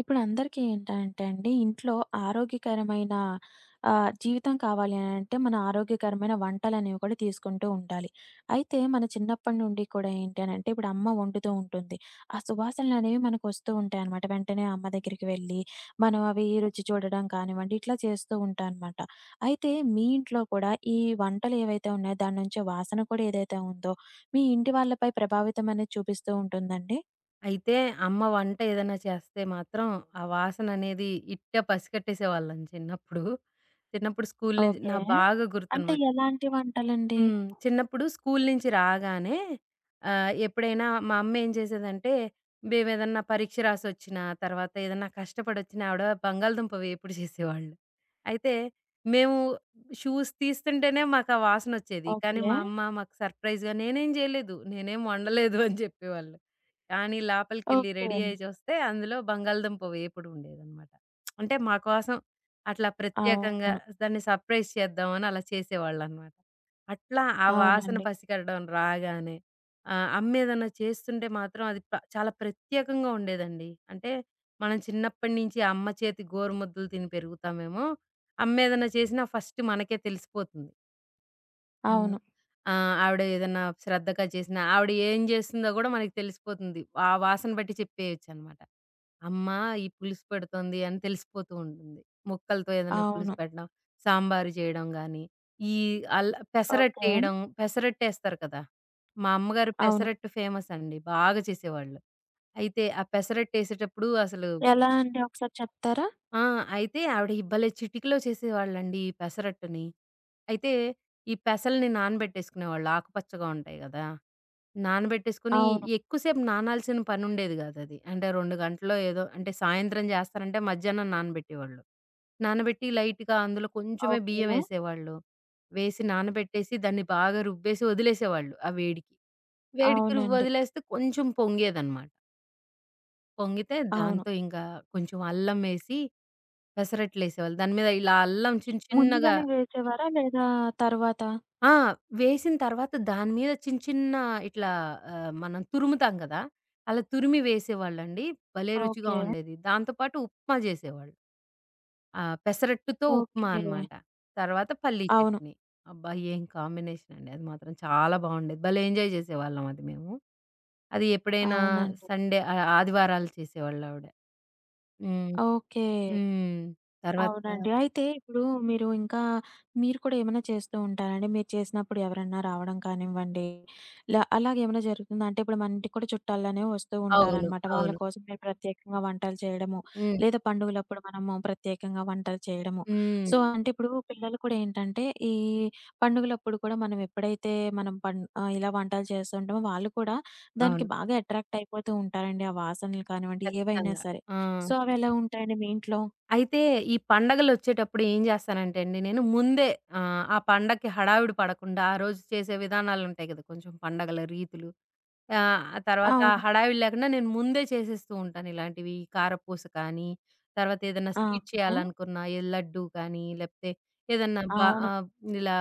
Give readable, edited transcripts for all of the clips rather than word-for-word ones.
ఇప్పుడు అందరికీ ఏంటంటే అండి, ఇంట్లో ఆరోగ్యకరమైన జీవితం కావాలి అని అంటే మన ఆరోగ్యకరమైన వంటలనేవి కూడా తీసుకుంటూ ఉండాలి. అయితే మన చిన్నప్పటి నుండి కూడా ఏంటి అని అంటే ఇప్పుడు అమ్మ వండుతూ ఉంటుంది. ఆ సువాసనలనేవి మనకొస్తూ ఉంటాయన్నమాట. వెంటనే అమ్మ దగ్గరికి వెళ్ళి మనం అవి రుచి చూడడం కానివ్వండి ఇట్లా చేస్తూ ఉంటానమాట. అయితే మీ ఇంట్లో కూడా ఈ వంటలు ఏవైతే ఉన్నాయో దాని నుంచే వాసన కూడా ఏదైతే ఉందో మీ ఇంటి వాళ్ళపై ప్రభావితం అనేది చూపిస్తూ ఉంటుందండి? అయితే అమ్మ వంట ఏదైనా చేస్తే మాత్రం ఆ వాసననేది ఇట్ట పసికట్టేసేవాళ్ళం చిన్నప్పుడు. చిన్నప్పుడు స్కూలు నుంచి ఓకే. నాకు బాగా అంటే గుర్తనమాట. ఎలాంటి వంటలండి? హ్మ్. చిన్నప్పుడు స్కూలు నుంచి రాగానే ఎప్పుడైనా మా అమ్మ ఏం చేసేదంటే, మేమేదన్నా పరీక్ష రాసొచ్చినా, తర్వాత ఏదన్నా కష్టపడొచ్చినా ఆవిడ బంగాళదుంప వేపుడు చేసేవాళ్ళు. అయితే మేము షూస్ తీస్తుంటేనే మాకా వాసనొచ్చేది. కానీ ఓకే. మా అమ్మ మాకు సర్ప్రైజ్‌గా నేనేం చేయలేదు, నేనేం వండలేదు అని చెప్పేవాళ్ళు. కానీ లోపలికెళ్ళి ఓకే. రెడీ అయ్యి చూస్తే అందులో బంగాళదుంప వేపుడు ఉండేదనమాట. అంటే మా కోసం అట్లా ప్రత్యేకంగా అవును. దాన్ని సర్ప్రైజ్ చేద్దామని అలా చేసేవాళ్ళనమాట. అట్లా ఆ వాసన అవునండి. పసికట్టడం రాగానే. అమ్మేదన్నా చేస్తుంటే మాత్రం అది చాలా ప్రత్యేకంగా ఉండేదండి. అంటే మనం చిన్నప్పటి నుంచి అమ్మ చేతి గోరుముద్దలు తిని పెరుగుతామేమో, అమ్మేదన్నా చేసినా ఫస్ట్ మనకే తెలిసిపోతుంది. హ్మ్. అవును. ఆ! ఆవిడ ఏదన్నా శ్రద్ధగా చేసినా, ఆవిడ ఏం జేస్తుందో గూడా మనకి తెలిసిపోతుంది. ఆ వాసన బట్టి చెప్పేయొచ్చనమాట. అమ్మ ఈ పులుసు పెడుతోంది అని తెలిసిపోతూ ఉంటుంది. ముక్కలతో ఏదన్నా పులుసు అవును. పెట్టడం, సాంబారు చేయడం గానీ, ఈ ఓకే. పెసరట్టేయడం, పెసరట్టేస్తారు కదా! మా అమ్మగారు అవును. పెసరట్టు ఫేమసండి. బాగా చేసేవాళ్ళు. అయితే ఆ పెసరట్టేసేటప్పుడు అసలు ఎలా అండి ఒకసారి చెప్తారా? ఆ! అయితే ఆవిడ ఈ భలే చిటికలో చేసేవాళ్ళండి ఈ పెసరట్టుని. అయితే ఈ పెసల్ని నానబెట్టేసుకునేవాళ్ళు, ఆకుపచ్చగా ఉంటాయి గదా! నానబెట్టేసుకొని అవును. ఎక్కువ సేపు నానాల్సిన పనుండేది గాదది. అంటే 2 గంటలో ఏదో, అంటే సాయంత్రం జేస్తారంటే మధ్యాహ్నం నానబెట్టేవాళ్ళు. నానబెట్టి లైట్‌గా అందులో కొంచెమే బియ్యం ఓకే. ఏసేవాళ్ళు. వేసి నానబెట్టేసి దాన్ని బాగా రుబ్బేసి వదిలేసేవాళ్ళు ఆ వేడికి. వేడికి అవునండి. రుబ్బొదిలేస్తే కొంచెం పొంగేదనమాట. పొంగితే అవును. దాంతో ఇంకా కొంచెం అల్లం వేసి, పెసరట్లేసేవాళ్ళు. దాని మీద ఇలా అల్లం చిన్న చిన్నగా, ముందుగానే వేసేవారా? లేదా తరువాత? ఆ! వేసిన తర్వాత దాని మీద చిన్న చిన్న ఇట్లా మనం తురుముతాం కదా! అలా తురిమి వేసేవాళ్ళండి. భలే రుచిగా ఓకే. ఉండేది. దాంతో పాటు ఉప్మా చేసేవాళ్ళు. ఆ! పెసరట్టుతో ఉప్మా ఓకే. అనమాట. తర్వాత పల్లీ అవును. చట్నీ. అబ్బా! ఏం కాంబినేషన్ అండి. అది మాత్రం చాలా బాగుండేది. భలే ఎంజాయ్ చేసేవాళ్ళం అది మేము. అది ఎప్పుడైనా అవునండి. సండే, ఆదివారాలు చేసేవాళ్ళావిడ. హ్మ్. ఓకే. హ్మ్. తర్వాత అవునండి. అయితే ఇప్పుడు మీరు ఇంకా మీరు కూడా ఏమైనా చేస్తూ ఉంటారండి? మీరు చేసినప్పుడు ఎవరన్నా రావడం కానివ్వండి, అలాగేమైనా జరుగుతుందా? అంటే ఇప్పుడు మన ఇంటికి కూడా చుట్టాలనే వస్తూ అవును. ఉంటారనమాట. వాళ్ళ అవును. కోసం మీరు ప్రత్యేకంగా వంటలు చేయడము, హ్మ్. లేదా పండుగలప్పుడు మనము ప్రత్యేకంగా వంటలు చేయడము. హ్మ్. సో, అంటే ఇప్పుడు పిల్లలు కూడా ఏంటంటే, ఈ పండుగలప్పుడు కూడా మనం ఎప్పుడైతే మనం ఇలా వంటలు చేస్తుంటామో వాళ్ళు కూడా అవును. దానికి బాగా అట్రాక్ట్ అయిపోతూ ఉంటారండి. ఆ వాసనలు కానివ్వండి, ఏవైనా ఖచ్చితంగా. సరే. ఆ! సో, అవెలా ఉంటాయండి మీ ఇంట్లో? అయితే ఈ పండగలొచ్చేటప్పుడు ఏం చేస్తానంటే అండి, నేను ముందే ఆ పండక్కి హడావిడి పడకుండా ఆ రోజు చేసే విధానాలుంటాయి కదా! కొంచెం పండగల రీతులు. ఆ తర్వాత అవును. హడావిడి లేకుండా నేను ముందే చేసేస్తూ ఉంటాను ఇలాంటివి. కారపూస కానీ, తర్వాత ఏదైనా ఆ! Sweet okay. చేయాలనుకున్న ఏ లడ్డూ కానీ, లేపోతే ఏదన్నా అవును. ఆహ్, ఇలా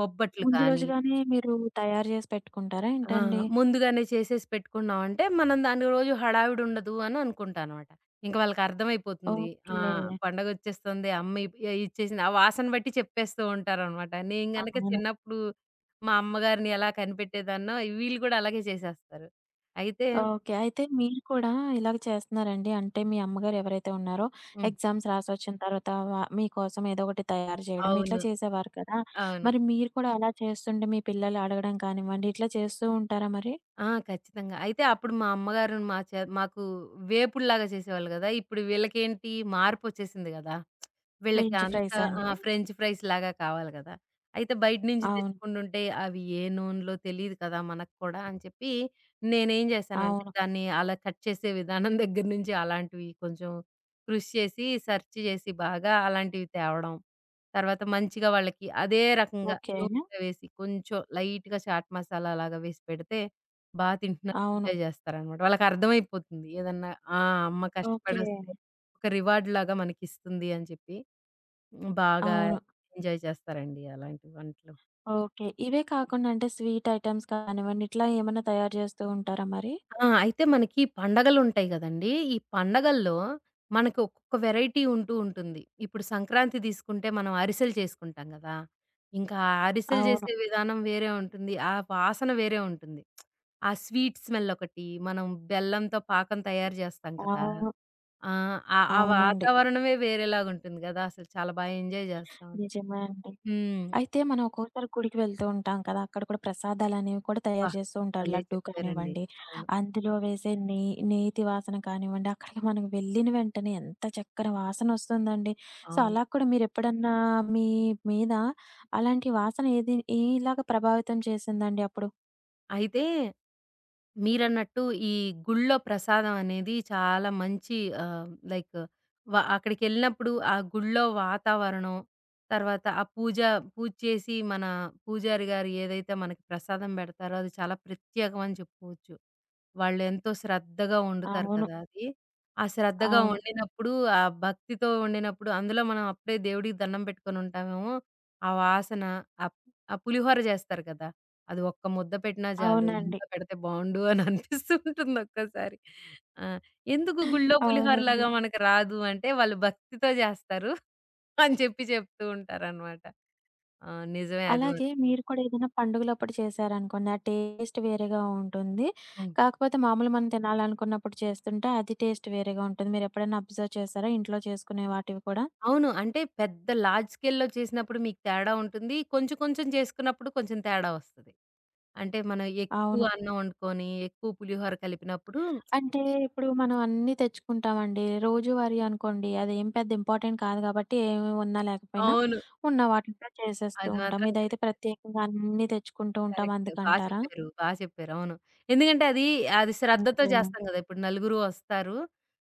బొబ్బట్లు ముందు కానీ. రోజుగానే మీరు తయారు జేసి పెట్టుకుంటారా ఆ! ఏంటండి? ముందుగానే చేసేసి పెట్టుకున్నామంటే, మనం దాని రోజు హడావిడి ఉండదు అని అనుకుంటానమాట. ఇంక వాళ్ళకర్థమైపోతుంది. ఆ! ఓకే. పండగొచ్చేస్తుంది, అమ్మ ఇచ్చేసింది. ఆ వాసన బట్టి చెప్పేస్తూ ఉంటారనమాట. నేను గనక అవును. చిన్నప్పుడు మా అమ్మగారిని ఎలా కనిపెట్టేదాన్నో, వీళ్ళు గూడా అలాగే చేసేస్తారు. అయితే ఓకే. అయితే మీరు కూడా ఇలాగ చేస్తున్నారండి. అంటే మీ అమ్మగారు ఎవరైతే ఉన్నారో హ్మ్. ఎగ్జామ్స్ రాసొచ్చిన తర్వాత వ మీకోసం ఏదో ఒకటి తయారు చేయడం ఇట్లా అవును. చేసేవారు కదా! అవును. మరి మీరు కూడా అలా చేస్తుంటే మీ పిల్లలు అడగడం కానివ్వండి ఇట్లా చేస్తూ ఉంటారా మరి? ఆ! ఖచ్చితంగా. అయితే అప్పుడు మా అమ్మగారు మా చే మాకు వేపుడులాగా చేసేవాళ్ళు గదా! ఇప్పుడు వీళ్ళకేంటి మార్పొచ్చేసింది గదా! వీళ్ళకి ఫ్రెంచ్ అంత ఫ్రైసా ఆ! అండి? ఫ్రెంచ్ ఫ్రైస్ లాగా కావాలి గదా! అయితే బయట నుంచి అవును. తెచ్చుకుంటుంటే అవి ఏ నూనెలో తెలీదు కదా! మనకు కూడా అని చెప్పి, నేనేం చేశానంటే అవును. దాన్ని అలా కట్ చేసే విధానం దగ్గర నుంచి అలాంటివి కొంచెం కృషి చేసి, సెర్చ్ చేసి బాగా అలాంటివి తేవడం. తర్వాత మంచిగా వాళ్ళకి అదే రకంగా ఓకే. నూనెలో వేసి కొంచెం లైట్‌గా చాట్ మసాలా లాగా వేసి పెడితే బా తింటున్నారు. అవును. ఎంజాయ్ జేస్తారనమాట. వాళ్ళకర్థమైపోతుంది. ఏదన్నా ఆ! అమ్మ ఓకే. కష్టపడొస్తే ఒక రివార్డ్‌లాగా మనకిస్తుంది అని చెప్పి, బాగా అవును. ఎంజాయ్ చేస్తారండి అలాంటి వంటలు. ఓకే. ఇవే కాకుండా అంటే స్వీట్ ఐటెమ్స్ కానివ్వండి, ఇట్లా ఏమన్నా తయారు చేస్తూ ఉంటారా మరి? ఆ! అయితే మనకి పండగలుంటాయి గదండీ! ఈ పండగల్లో మనకు ఒక్కొక్క వెరైటీ ఉంటూ ఉంటుంది. ఇప్పుడు సంక్రాంతి తీసుకుంటే మనం అరిసెలు చేసుకుంటాం గదా! ఇంకా అరిసెలు అవును. చేసే విధానం వేరే ఉంటుంది. ఆ వాసన వేరే ఉంటుంది. ఆ స్వీట్ స్మెల్ ఒకటి, మనం బెల్లంతో పాకం తయారు జేస్తాం కదా! అవును. ఆ! ఆ అవునండి. వాతావరణమే వేరేలాగుంటుంది గదా! అసలు చాలా బా ఎంజాయ్ జేస్తాం అది. నిజమే అండి. హ్మ్. అయితే మనం ఒక్కోసారి గుడికి వెళ్తూ ఉంటాం కదా! అక్కడ కూడా ప్రసాదాలనేవి కూడా అబ్బా! తయారు చేస్తూ ఉంటారు. భలే లడ్డూ చెప్పారండి. కానివ్వండి, అవును. అందులో వేసే నెయ్యి నేతి వాసన కానివ్వండి, అక్కడికి మనం వెళ్ళిన వెంటనే ఎంత చక్కని వాసనొస్తుందండి. సో, అవును. అలా కూడా మీరెప్పుడన్నా మీ మీద అలాంటి వాసన ఏది ఏలాగా ప్రభావితం చేసిందండి అప్పుడు? అయితే మీరన్నట్టు ఈ గుళ్ళో ప్రసాదం అనేది చాలా మంచి లైక్, అక్కడికెళ్ళినప్పుడు ఆ గుళ్ళో వాతావరణం, తర్వాత ఆ పూజ పూజ చేసి మన పూజారి గారు ఏదైతే మనకి ప్రసాదం బెడతారో అది చాలా ప్రత్యేకమని చెప్పుకోవచ్చు. వాళ్ళెంతో శ్రద్ధగా వండుతారు అవును. కదా అది. ఆ శ్రద్ధగా అవును. వండినప్పుడు, ఆ భక్తితో వండినప్పుడు అందులో మనం అప్పుడే దేవుడికి దండం పెట్టుకొనుంటామేమో, ఆ వాసన ఆహ్, ఆ పులిహోర జేస్తారు కదా! అది ఒక్క ముద్ద పెట్టినా జాలు, అవునండి. ఇంకా పెడితే బావుండు అని అనిపిస్తూ ఉంటుంది ఒక్కోసారి. ఆ! ఎందుకు గుళ్ళో అవునండి. పులిహోరలాగా మనకు రాదు అంటే, వాళ్ళు భక్తితో జేస్తారు అని చెప్పి చెప్తూ ఉంటారనమాట. ఆ! నిజమే అది. అలాగే మీరు కూడా ఏదైనా పండుగలప్పుడు చేశారనుకోండి, ఆ టేస్ట్ వేరేగా ఉంటుంది. హ్మ్. కాకపోతే మామూలు మనం తినాలనుకున్నప్పుడు చేస్తుంటే అది టేస్ట్ వేరేగా ఉంటుంది. మీరెప్పుడైనా అబ్జర్వ్ చేశారా? ఇంట్లో చేసుకునే వాటివి కూడా? అవును. అంటే పెద్ద లార్జ్ స్కేల్‌లో చేసినప్పుడు మీకు తేడా ఉంటుంది. కొంచెం కొంచెం చేసుకున్నప్పుడు కొంచెం తేడా వస్తది. అంటే మనం ఎక్కువ అవును. అన్నం వండుకొని, ఎక్కువ పులిహోర కలిపినప్పుడు అంటే ఇప్పుడు మనం అన్నీ తెచ్చుకుంటామండి. రోజువారీ అనుకోండి అదేం పెద్ద ఇంపార్టెంట్ కాదు కాబట్టి ఏమి ఉన్నా లేకపోయినా అవును. ఉన్న వాటితో చేసేస్తూ అది ఉంటాం. మాత్రం ఇదైతే కరెక్ట్. ప్రత్యేకంగా అన్నీ తెచ్చుకుంటూ ఉంటాం కరెక్ట్. బా అందుకంటారా? చెప్పారు. బా చెప్పారు. అవును. ఎందుకంటే అది, అది శ్రద్ధతో ఓకే. చేస్తాం గదా! ఇప్పుడు నలుగురు వస్తారు.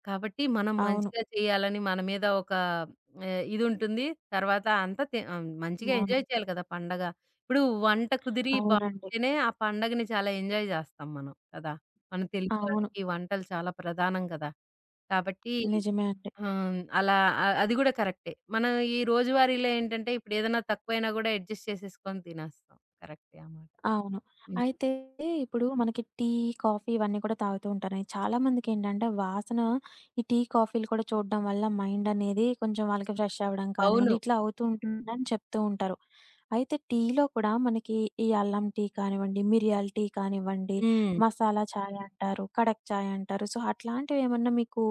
కాబట్టి మనం అవును. మంచిగా చేయాలని మన మీద ఒక ఇదుంటుంది. తర్వాత అంతా మంచిగా అవును. ఎంజాయ్ చేయాలి కదా, పండగ. ఇప్పుడు వంట కుదిరి అవునండి. బావుంటేనే ఆ పండగని చాలా ఎంజాయ్ జేస్తాం మనం కదా! మన తెలుగు అవును. వాళ్ళకి వంటలు చాలా ప్రధానం కదా! కాబట్టి నిజమే అండి. అలా అది గూడా కరెక్టే. మనం ఈ రోజువారీలో ఏంటంటే ఇప్పుడు ఏదైనా తక్కువైనా గూడా అడ్జస్ట్ చేసేసుకొని తినేస్తాం. కరెక్టే ఆ మాట. అవును. హ్మ్. అయితే ఇప్పుడు మనకి టీ, కాఫీ ఇవన్నీ కూడా తాగుతూ ఉంటారు. చాలా మందికేంటంటే వాసన ఈ టీ, కాఫీలు కూడా చూడడం వల్ల మైండ్ అనేది కొంచెం వాళ్ళకి ఫ్రెష్ అవ్వడం అవును. కానివ్వండి, ఇట్లా అవుతూ ఉంటుందని చెప్తూ ఉంటారు. అయితే టీలో కూడా మనకి ఈ అల్లం టీ కానివ్వండి, మిరియాల టీ కానివ్వండి, హ్మ్. మసాలా చాయ్ అంటారు, కడక్ చాయ్ అంటారు. సో, అట్లాంటివేమన్నా మీకు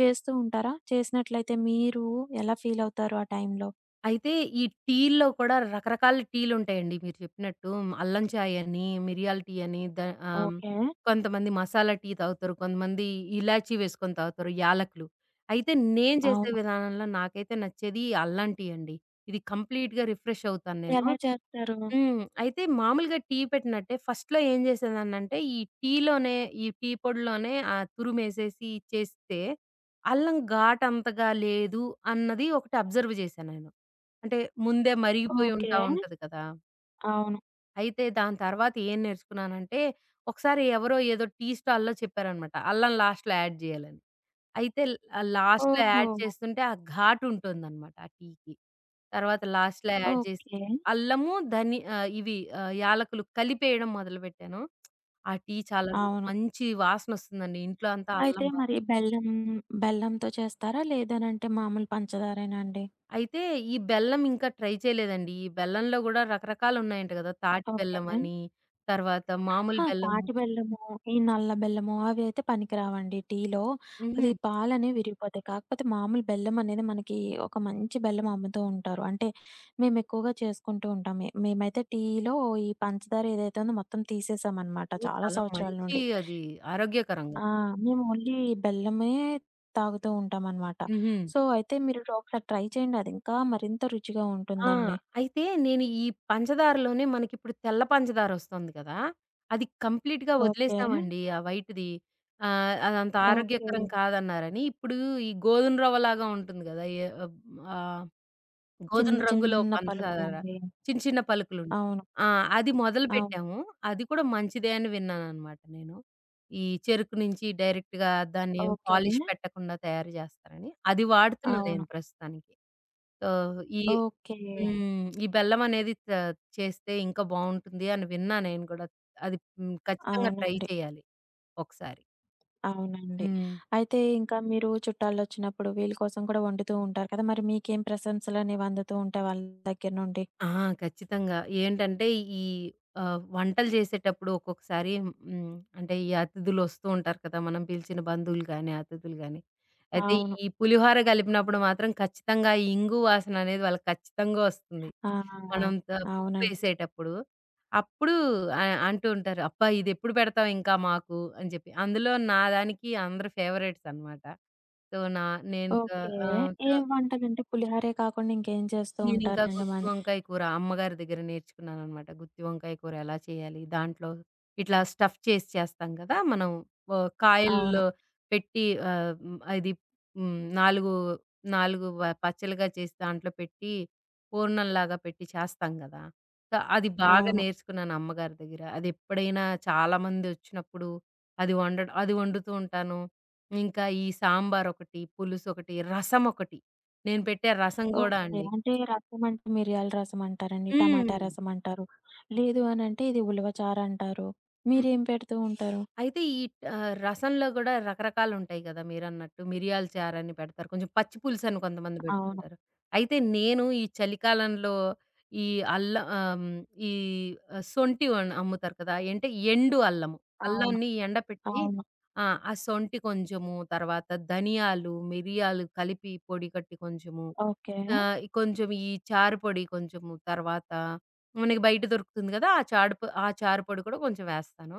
చేస్తూ ఉంటారా? చేసినట్లయితే మీరు ఎలా ఫీల్ అవుతారు ఆ టైంలో? అయితే ఈ టీల్లో కూడా రకరకాల టీలుంటాయండి మీరు చెప్పినట్టు. అల్లం చాయ్ అని, మిరియాల టీ అని, ఆహ్, ఓకే. కొంతమంది మసాలా టీ తాగుతారు. కొంతమంది ఇలాచీ వేసుకొని తాగుతారు, యాలకులు. అయితే నేను చేసే అవును. విధానంలో నాకైతే నచ్చేది అల్లం టీ అండి. ఇది కంప్లీట్‌గా రిఫ్రెష్ అవుతాను నేను. ఎలా చేస్తారు? హ్మ్. అయితే మామూలుగా టీ పెట్టినట్టే ఫస్ట్‌లో ఏం చేసేదాన్నంటే, ఈ టీలోనే ఈ టీ పొడిలోనే తురుమేసేసి చేస్తే, అల్లం ఘాటంతగా లేదు అన్నది ఒకటి అబ్జర్వ్ చేశా నేను. అంటే ముందే మరిగిపోయి ఉంటా ఓకే. ఉంటది కదా! అవును. అయితే దాని తర్వాత ఏం నేర్చుకున్నానంటే, ఒకసారి ఎవరో ఏదో టీ స్టాల్‌లో చెప్పారనమాట. అల్లం లాస్ట్‌లో యాడ్ చేయాలని. అయితే లాస్ట్‌లో ఓహో! యాడ్ చేస్తుంటే ఆ ఘాటుంటుందనమాట ఆ టీకి. తర్వాత లాస్ట్‌లో యాడ్ చేసి ఓకే. అల్లము, ఇవి యాలకులు కలిపేయడం మొదలుపెట్టాను. ఆ టీ చాలా అవును. మంచి వాసనొస్తుందండి. ఇంట్లో అంతా అల్లం అయితే మరి బెల్లంతో చేస్తారా? లేదనంటే మామూలు పంచదారేనా అండి? అయితే ఈ బెల్లం ఇంకా ట్రై చేయలేదండి. ఈ బెల్లంలో గూడా రకరకాలున్నాయంట గదా! తాటి ఓకే. బెల్లమని, తర్వాత మామూలు ఆ! బెల్లము. తాటి బెల్లము, ఈ నల్ల బెల్లము అవి అయితే పనికిరావండి టీలో. హుహు. అది పాలనేవి విరిగిపోతాయి. కాకపోతే మామూలు బెల్లం అనేది మనకి ఒక మంచి బెల్లం అమ్ముతూ ఉంటారు. అంటే మేమెక్కువగా చేసుకుంటూ ఉంటాం. మేమైతే టీలో ఈ పంచదార ఏదైతే ఉందో మొత్తం తీసేసామనమాట ఓహ్! చాలా చాలా సంవత్సరాల మంచి నుండి. అది ఆరోగ్యకరంగా. ఆ! మేము ఓన్లీ బెల్లమే తాగుతూ ఉంటామనమాట. హుహు. సో, అయితే మీరు ఒకసారి ట్రై చేయండి. అది ఇంకా మరింత రుచిగా ఆ! ఉంటుందండి. అయితే నేను ఈ పంచదారలోనే, మనకిప్పుడు తెల్ల పంచదారొస్తుంది కదా! అది కంప్లీట్‌గా ఓకే. వదిలేసామండి ఆ వైట్‌ది. అదంత ఓకే. ఆరోగ్యకరం కాదన్నారని, ఇప్పుడు ఈ గోధుమ రవ్వలాగా ఉంటుంది కదా! ఏ అబ్ ఆహ్, గోధుమ చిన్న రంగులో చిన్న పంచదార, పలుకులండి. చిన్న చిన్న పలుకులుండి. అవును. ఆ! అది అవును. మొదలుపెట్టాము. అది కూడా మంచిదే అని విన్నాననమాట నేను. ఈ చెరుకు నుంచి డైరెక్ట్‌గా దాన్నేం ఓకే. పాలిష్ పెట్టకుండా తయారు చేస్తారని. అది వాడుతున్నా అవును. నేను ప్రస్తుతానికి. సో, ఈ ఓకే. హ్మ్. ఈ బెల్లం అనేది చేస్తే ఇంకా బావుంటుంది అని విన్నా నేను గూడా. అది హ్మ్. ఖచ్చితంగా ట్రై అవునండి. చేయాలి ఒకసారి. అవునండి. హ్మ్. అయితే ఇంకా మీరు చుట్టాలొచ్చినప్పుడు వీళ్ళ కోసం కూడా వండుతూ ఉంటారు కదా! మరి మీకేం ప్రశంసలనేవి అందుతూ ఉంటాయి వాళ్ళ దగ్గర నుండి? ఆ! ఖచ్చితంగా. ఏంటంటే ఈ వంటలు చేసేటప్పుడు ఒక్కొక్కసారి హ్మ్. అంటే ఈ అతిథులొస్తూ ఉంటారు కదా! మనం పిలిచిన బంధువులు గానీ, అతిథులు గానీ. అయితే అవును. ఈ పులిహోర కలిపినప్పుడు మాత్రం ఖచ్చితంగా ఈ ఇంగు వాసన అనేది వాళ్ళకి ఖచ్చితంగా వస్తుంది. మనం ఆ! అవునండి. పోపేసేటప్పుడు. అప్పుడు అంటూ ఉంటారు, "అబ్బా! ఇదెప్పుడు పెడతావు ఇంకా మాకు" అని చెప్పి. అందులో నా దానికి అందరూ ఫేవరెట్స్ అనమాట. సో, నా నేను క ఓకే. ఆహ్ ఏం వంటలంటే పులిహోరే కాకుండా ఇంకేం చేస్తూ నేనింకా ఉంటారండి గుత్తి మన్ వంకాయ కూర అమ్మగారి దగ్గర నేర్చుకున్నాననమాట. గుత్తి వంకాయ కూర ఎలా చేయాలి? దాంట్లో ఇట్లా స్టఫ్ చేసి చేస్తాం కదా! మనం అవును. కాయల్లో పెట్టి, ఆహ్, హ్మ్, అది హ్మ్, 4, 4వ వ పచ్చలుగా చేసి దాంట్లో పెట్టి పూర్ణంలాగా పెట్టి చేస్తాం గదా! సో, అది బాగా అవును. నేర్చుకున్నాను అమ్మగారి దగ్గర. అదెప్పుడైనా చాలామందొచ్చినప్పుడు అది వండుతూ ఉంటాను. ఇంకా ఈ సాంబారొకటి, పులుసొకటి, రసమొకటి. నేను పెట్టే రసం గూడా ఓకే. అండి. అంటే రసం అంటే మిరియాల రసం అంటారండి. హ్మ్. టమాటా రసం అంటారు. లేదు అనంటే ఇది ఉలవ చారంటారు. హ్మ్. మీరేం పెడుతూ ఉంటారు? అయితే ఈ రసంలో గూడా రకరకాలుంటాయి గదా మీరన్నట్టు. మిరియాల చారని పెడతారు. కొంచెం పచ్చి పులుసని కొంతమంది అవును. బెడుతుంటారు. అయితే నేను ఈ చలికాలంలో ఈ అల్ల ఆహ్, హ్మ్. ఈ ఆహ్, సొంటి వన్ అమ్ముతారు కదా! ఏంటే ఎండు అల్లము. అవును. అల్లాన్ని ఎండపెట్టి అవును. ఆ! ఆ సొంటి కొంచెము, తర్వాత ధనియాలు, మిరియాలు కలిపి పొడి కట్టి కొంచెము ఓకే. ఆ! ఈ కొంచెం ఈ చారు పొడి కొంచెము, తర్వాత మనకి బయట దొరుకుతుంది గదా! ఆ చాడు పొ ఆ చారు పొడి కూడా కొంచెం వేస్తాను.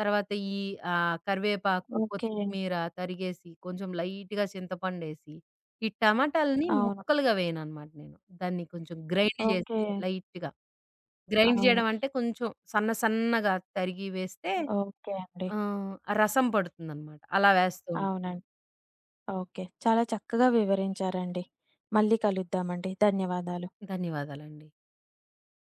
తర్వాత ఈ కరివేపాకు, ఓకే. కొత్తిమీర తరిగేసి కొంచెం లైట్‌గా చింతపండేసి, ఈ టమాటాలని అవును. ముక్కలుగా వేయననమాట నేను. దాన్ని కొంచెం గ్రైండ్ చేసి ఓకే. లైట్‌గా. గ్రైండ్ అవును. చేయడం అంటే కొంచెం సన్న సన్నగా తరిగి వేస్తే ఓకే అండి. ఆహ్, రసం పడుతుందనమాట. అలా వేస్తూ ఉంటాను. అవునండి. ఓకే. చాలా చక్కగా వివరించారండి. మళ్ళీ కలుద్దామండి. ధన్యవాదాలు. ధన్యవాదాలండి.